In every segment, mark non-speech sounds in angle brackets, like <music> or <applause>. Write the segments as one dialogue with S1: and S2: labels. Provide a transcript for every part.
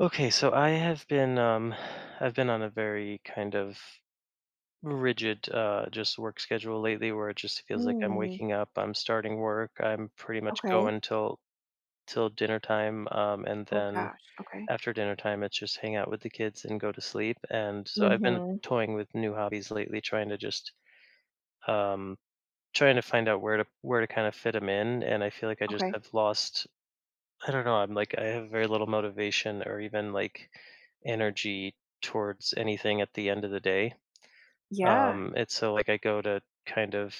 S1: Okay, so I've been on a very kind of rigid, just work schedule lately where it just feels like I'm
S2: Hmm.
S1: waking up, I'm starting work, I'm pretty much
S2: Okay.
S1: going till dinner time, and
S2: Oh
S1: then
S2: gosh, okay.
S1: after dinner time it's just hang out with the kids and go to sleep. And so I've been
S2: Mhm,
S1: toying with new hobbies lately, um trying to find out where to kind of fit them in, and I feel like I just
S2: okay.
S1: have lost. I don't know. I'm like, I have very little motivation or even like energy towards anything at the end of the day.
S2: Yeah.
S1: It's so like I go to kind of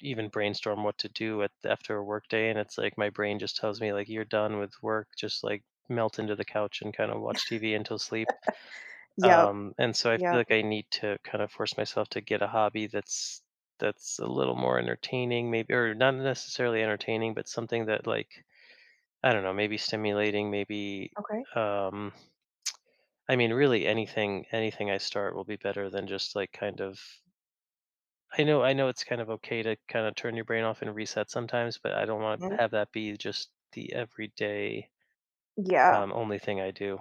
S1: even brainstorm what to do at after a work day, and it's like my brain just tells me like, you're done with work, just like melt into the couch and kind of watch TV until sleep.
S2: Yep.
S1: And so I feel
S2: Yep.
S1: like I need to kind of force myself to get a hobby that's a little more entertaining, maybe, or not necessarily entertaining, but something that, like, I don't know, maybe stimulating, maybe.
S2: Okay.
S1: um I mean, really anything I start will be better than just like kind of, I know it's kind of okay to kind of turn your brain off and reset sometimes, but I don't want to
S2: Mm,
S1: have that be just the everyday,
S2: yeah.
S1: only thing I do.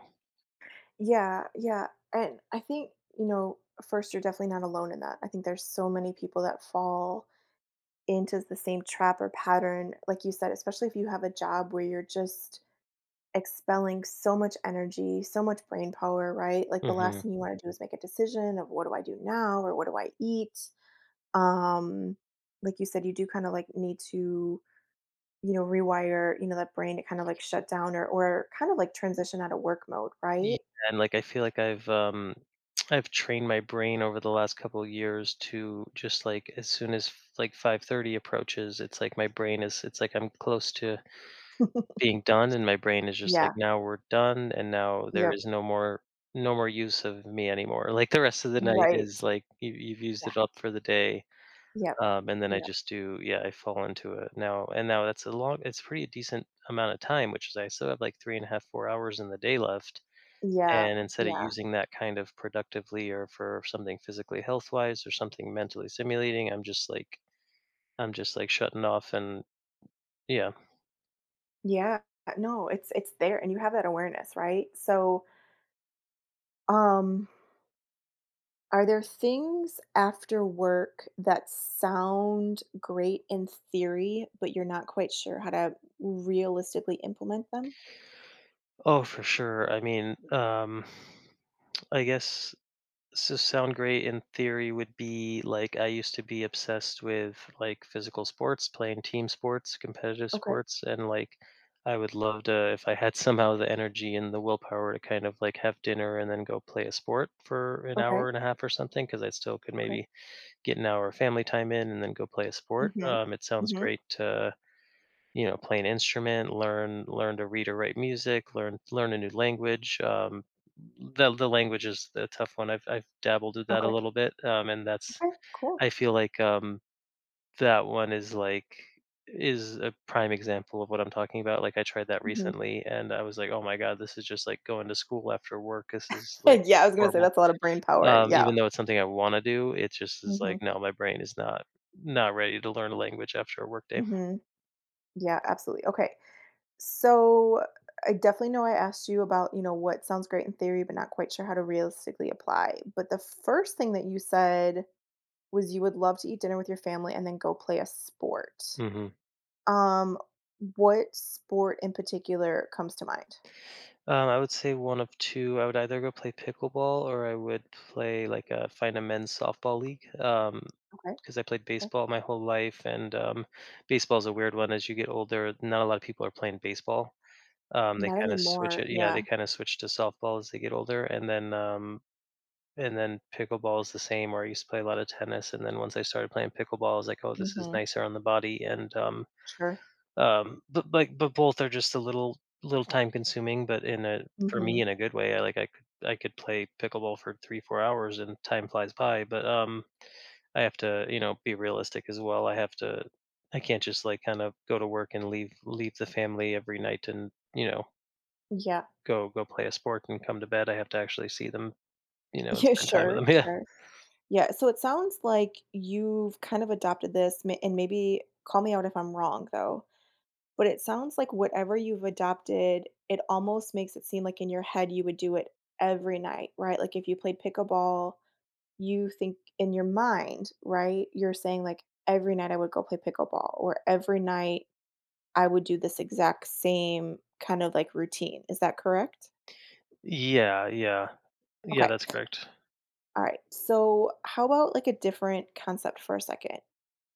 S2: Yeah, yeah, and I think, first, you're definitely not alone in that. I think there's so many people that fall into the same trap or pattern, like you said, especially if you have a job where you're just expelling so much energy, so much brain power, right? Like, the last
S1: Mhm.
S2: thing you wanna do is make a decision of, "What do I do now?" or "What do I eat?" um like you said, you do kind of like need to rewire that brain to kind of like shut down or kind of like transition out of work mode,
S1: Yeah,
S2: right?
S1: and like I feel like I've <tsk> I've trained my brain over the last couple of years to just like, as soon as like 5:30 approaches, it's like my brain is it's like I'm close to
S2: <laughs>
S1: being done, and my brain is just like,
S2: Yeah.
S1: "Now we're done, and now there
S2: Yep.
S1: is no more use of me anymore." Like, the rest of the night
S2: Right.
S1: is like, you've used
S2: Yeah.
S1: it up for the day,
S2: Yep.
S1: and then I
S2: Yep.
S1: just do, yeah, I fall into it now, and now that's a long it's pretty decent amount of time, which is I still have, like, 3 and a half, 4 hours in the day left,
S2: Yeah,
S1: and instead of
S2: yeah,
S1: using that kind of productively or for something physically health-wise or something mentally stimulating, I'm just like, shutting off and yeah.
S2: yeah. No, it's there, and you have that awareness, right? So um are there things after work that sound great in theory, but you're not quite sure how to realistically implement them?
S1: Oh, for sure. I mean, I guess, so sound great in theory would be like, I used to be obsessed with like physical sports, playing team sports, competitive
S2: Okay.
S1: sports, and like I would love to if I had <laughs> somehow the energy and the willpower to kind of like have dinner and then go play a sport for an
S2: Okay.
S1: hour and a half or something, because I still could
S2: Okay.
S1: maybe get an hour of family time in and then go play a sport.
S2: Mhm.
S1: It sounds
S2: Mhm.
S1: great to, you know, play an instrument, learn to read or write music, learn a new language. The language is a tough one. I've dabbled with that a
S2: Okay.
S1: little bit, and that's.
S2: Okay, cool.
S1: I feel like, that one is is a prime example of what I'm talking about. Like, I tried that
S2: Mhm.
S1: recently, and I was like, oh my god, this is just like going to school after work. This is
S2: <laughs>
S1: like
S2: Yeah, I was gonna say
S1: horrible.
S2: that's a lot of brain power, yeah.
S1: Even though it's something I want to do, it just is
S2: Mhm.
S1: like, no, my brain is not ready to learn a language after a work day.
S2: Mhm. Yeah, absolutely, okay. So, I definitely know I asked you about, what sounds great in theory, but not quite sure how to realistically apply, but the first thing that you said was you would love to eat dinner with your family and then go play a sport.
S1: Hmm.
S2: Um, what sport in particular comes to mind?
S1: I would say one of two. I would either go play pickleball, or I would play like, find a men's softball league.
S2: Okay,
S1: Because I played
S2: okay.
S1: baseball my whole life, and, baseball is a weird one. As you get older, not a lot of people are playing baseball. They
S2: Not
S1: kind of switch
S2: anymore,
S1: it. Yeah, they
S2: yeah.
S1: kind of switch to softball as they get older, and then pickleball is the same. Or I used to play a lot of tennis, and then once I started playing pickleball, I was like, oh, this is
S2: Mhm.
S1: nicer on the body, and um,
S2: Sure.
S1: um, but both are just a little time consuming, but in a for me
S2: Mhm.
S1: in a good way. I like, I could play pickleball for 3 4 hours and time flies by. But, I have to, you know, be realistic as well. I have to I can't just like kind of go to work and leave the family every night, and, you know,
S2: Yeah.
S1: go play a sport and come to bed. I have to actually see them, you know, and
S2: Yeah,
S1: spend time with
S2: sure,
S1: them. <laughs> Yeah.
S2: sure. Yeah, so it sounds like you've kind of adopted this, ma and maybe call me out if I'm wrong, though, but it sounds like whatever you've adopted, it almost makes it seem like in your head you would do it every night, right? Like, if you played pickleball, you think in your mind, right, you're saying, like, "Every night I would go play pickleball," or, "Every night I would do this exact same kind of, like, routine." Is that correct?
S1: Yeah, yeah. Yeah,
S2: Okay.
S1: that's correct.
S2: All right. So, how about like a different concept for a second?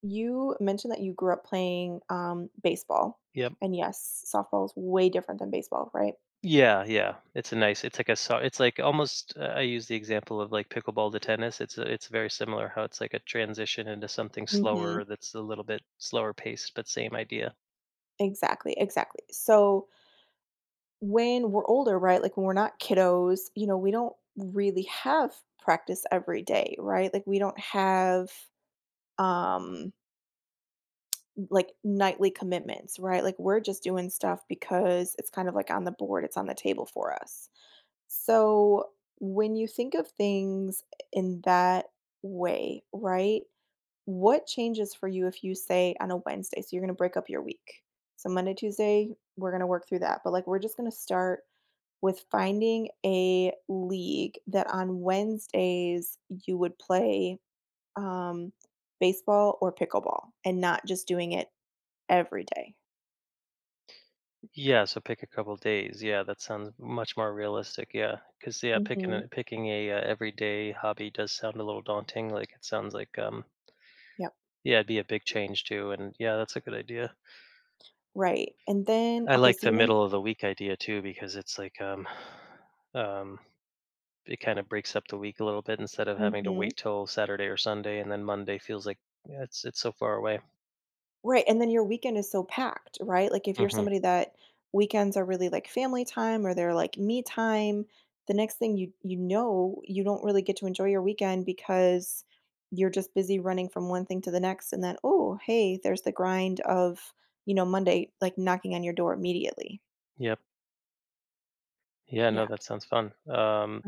S2: You mentioned that you grew up playing baseball.
S1: Yep.
S2: And yes, softball is way different than baseball, right?
S1: Yeah, yeah. It's like a, it's like almost, I use the example of like pickleball to tennis. It's very similar how it's like a transition into something
S2: Hmm.
S1: slower, that's a little bit slower paced, but same idea.
S2: Exactly, exactly. So when we're older, right, like when we're not kiddos, we don't really have practice every day, right? Like we don't have um like nightly commitments, right? Like we're just doing stuff because it's kind of like on the board, it's on the table for us. So, when you think of things in that way, right? What changes for you if you say on a Wednesday, so you're going to break up your week? So, Monday, Tuesday, we're going to work through that. But, like, we're just going to start with finding a league that on Wednesdays you would play um, baseball or pickleball and not just doing it every day.
S1: Yeah, so pick a couple days. Yeah, that sounds much more realistic. Yeah, because, yeah, picking
S2: Mm-hmm.
S1: a, picking a uh, everyday hobby does sound a little daunting. Like, it sounds like,
S2: Yep.
S1: yeah, it'd be a big change too. And yeah, that's a good idea.
S2: Right. And then,
S1: I
S2: okay,
S1: like
S2: so
S1: the
S2: you
S1: middle of the week idea too, because it's like, um it kind of breaks up the week a little bit instead of having to
S2: mentioned.
S1: wait till Saturday or Sunday, and then Monday feels like, yeah, it's so far away.
S2: Right, and then your weekend is so packed, right? Like, if you're
S1: Hmm.
S2: somebody that weekends are really, like, family time or they're, like, me time, the next thing you know, you don't really get to enjoy your weekend because you're just busy running from one thing to the next and then, "Oh, hey, there's the grind of, Monday," like, knocking on your door immediately.
S1: Yep. Yeah, no,
S2: Yeah.
S1: that sounds fun.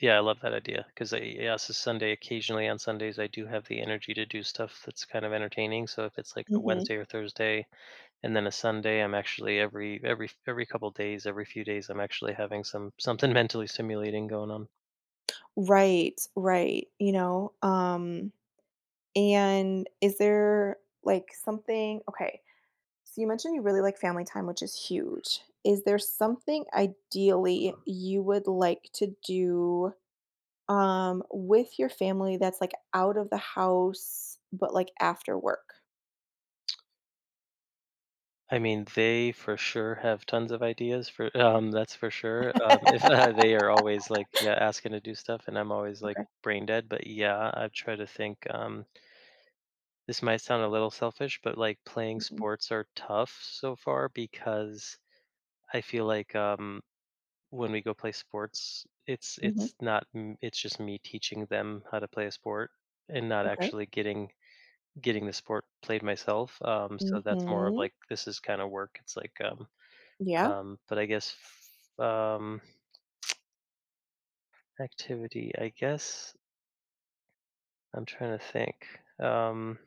S1: Yeah, I love that idea because I yeah, it's a Sunday. Occasionally on Sundays, I do have the energy to do stuff that's kind of entertaining. So if it's like a
S2: Mhm.
S1: Wednesday or Thursday, and then a Sunday, I'm actually, every few days, I'm actually having something <laughs> mentally stimulating going on.
S2: Right, right, you know? And is there, like, something okay. So you mentioned you really like family time, which is huge. Is there something ideally you would like to do with your family that's like out of the house, but like after work?
S1: I mean, they for sure have tons of ideas for, that's for sure. If <laughs> they are always like, yeah, asking to do stuff, and I'm always like
S2: Okay.
S1: brain dead, but yeah, I try to think. This might sound a little selfish, but like, playing
S2: Mhm.
S1: sports are tough so far, because I feel like, when we go play sports,
S2: Mhm.
S1: it's not m- it's just me teaching them how to play a sport, and not
S2: Okay.
S1: actually getting the sport played myself. So that's more of
S2: Mhm.
S1: like, this is kind of work. It's like,
S2: Yeah.
S1: but I guess, f- um, activity. I guess. I'm trying to think. Um,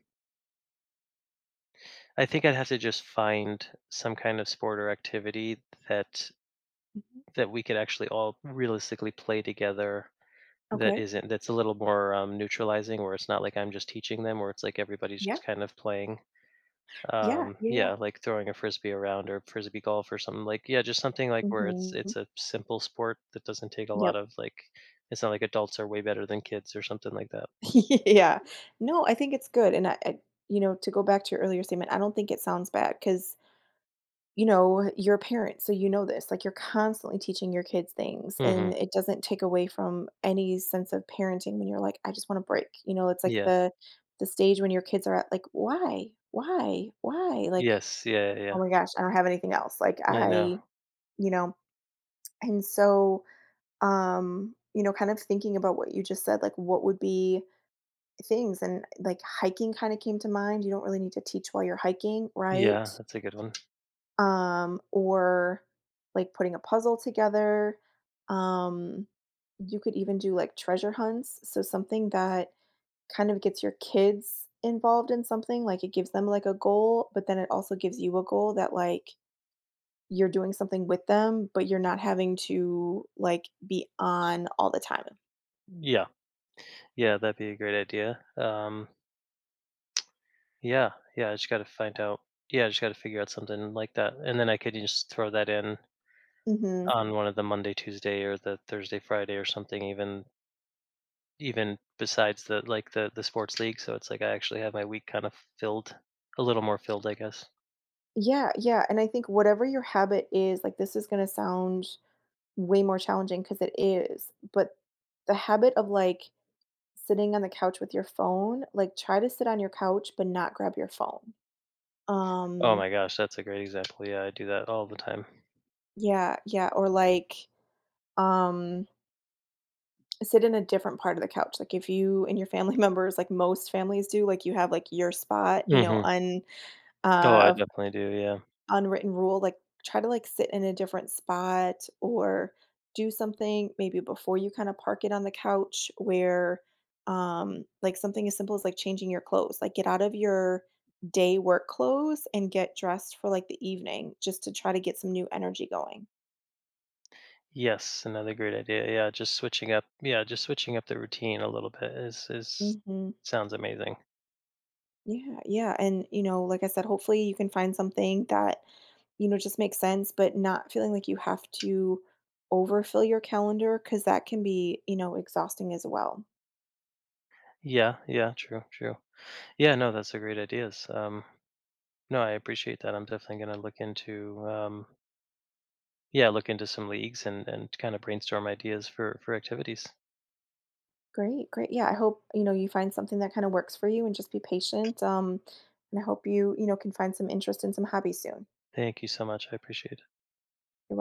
S1: I think I'd have to just find some kind of sport or activity that
S2: Mhm.
S1: that we could actually all realistically play together, that
S2: Okay.
S1: isn't that's a little more, neutralizing, where it's not like I'm just teaching them, where it's like everybody's
S2: Yeah.
S1: just kind of playing,
S2: Yeah. Yeah. Yeah.
S1: yeah, like throwing a frisbee around, or frisbee golf or something. Like, yeah, just something like where it's
S2: Mhm.
S1: a simple sport that doesn't take a lot
S2: Yep.
S1: of, like, it's not like adults are way better than kids or something like that.
S2: <laughs> Yeah. No, I think it's good, and I, to go back to your earlier statement, I don't think it sounds bad because you're a parent, so you know this. Like, you're constantly teaching your kids things,
S1: Hmm.
S2: and it doesn't take away from any sense of parenting when you're like, "I just want a break." It's like
S1: Yeah.
S2: the stage when your kids are at like, "Why? Why? Why?" Like,
S1: Yes. Yeah, yeah,
S2: "Oh my gosh, I don't have anything else." Like,
S1: yeah. I know.
S2: I you know, and so, kind of thinking about what you just said, like, what would be things and like hiking kind of came to mind. You don't really need to teach while you're hiking, right?
S1: Yeah, that's a good one.
S2: Or like putting a puzzle together. Um, you could even do like treasure hunts. So something that kind of gets your kids involved in something, like it gives them like a goal, but then it also gives you a goal that like you're doing something with them, but you're not having to like be on all the time.
S1: Yeah, yeah, that'd be a great idea. Yeah, yeah, I just gotta find out yeah, I just gotta figure out something like that, and then I could just throw that in
S2: Hmm.
S1: on one of the Monday, Tuesday, or the Thursday, Friday, or something, even besides the, like, the sports league, so it's like I actually have my week kinda filled a little more filled, I guess.
S2: Yeah, yeah. And I think whatever your habit is, like this is going to sound way more challenging because it is, but the habit of like sitting on the couch with your phone, like, try to sit on your couch, but not grab your phone.
S1: Oh
S2: Um,
S1: my gosh, that's a great example. Yeah, I do that all the time.
S2: yeah, yeah, or, like, um, sit in a different part of the couch, like, if you and your family <laughs> members like most families do, like, you have, like, your spot,
S1: Mhm.
S2: un
S1: Oh, I
S2: uh
S1: definitely do, yeah.
S2: unwritten rule, like, try to, like, sit in a different spot or do something maybe before you kinda park it on the couch where, like, something as simple as, like, changing your clothes, like, get out of your day work clothes and get dressed for, like, the evening just to try to get some new energy going.
S1: Yes, another great idea. Yeah, just switching up the routine a little bit is
S2: Mhm.
S1: sounds amazing.
S2: Yeah, yeah, and, like I said, hopefully you can find something that, just makes sense, but not feeling like you have to overfill your calendar because that can be, exhausting as well.
S1: Yeah, yeah, true, true. Yeah, no, that's a great ideas. No, I appreciate that. I'm definitely going to look into, yeah, look into some leagues and kind of brainstorm ideas for activities.
S2: Great, great. Yeah, I hope, you find something that kind of works for you and just be patient. And I hope you, can find some interest in some hobby soon.
S1: Thank you so much. I appreciate it.
S2: You're welcome.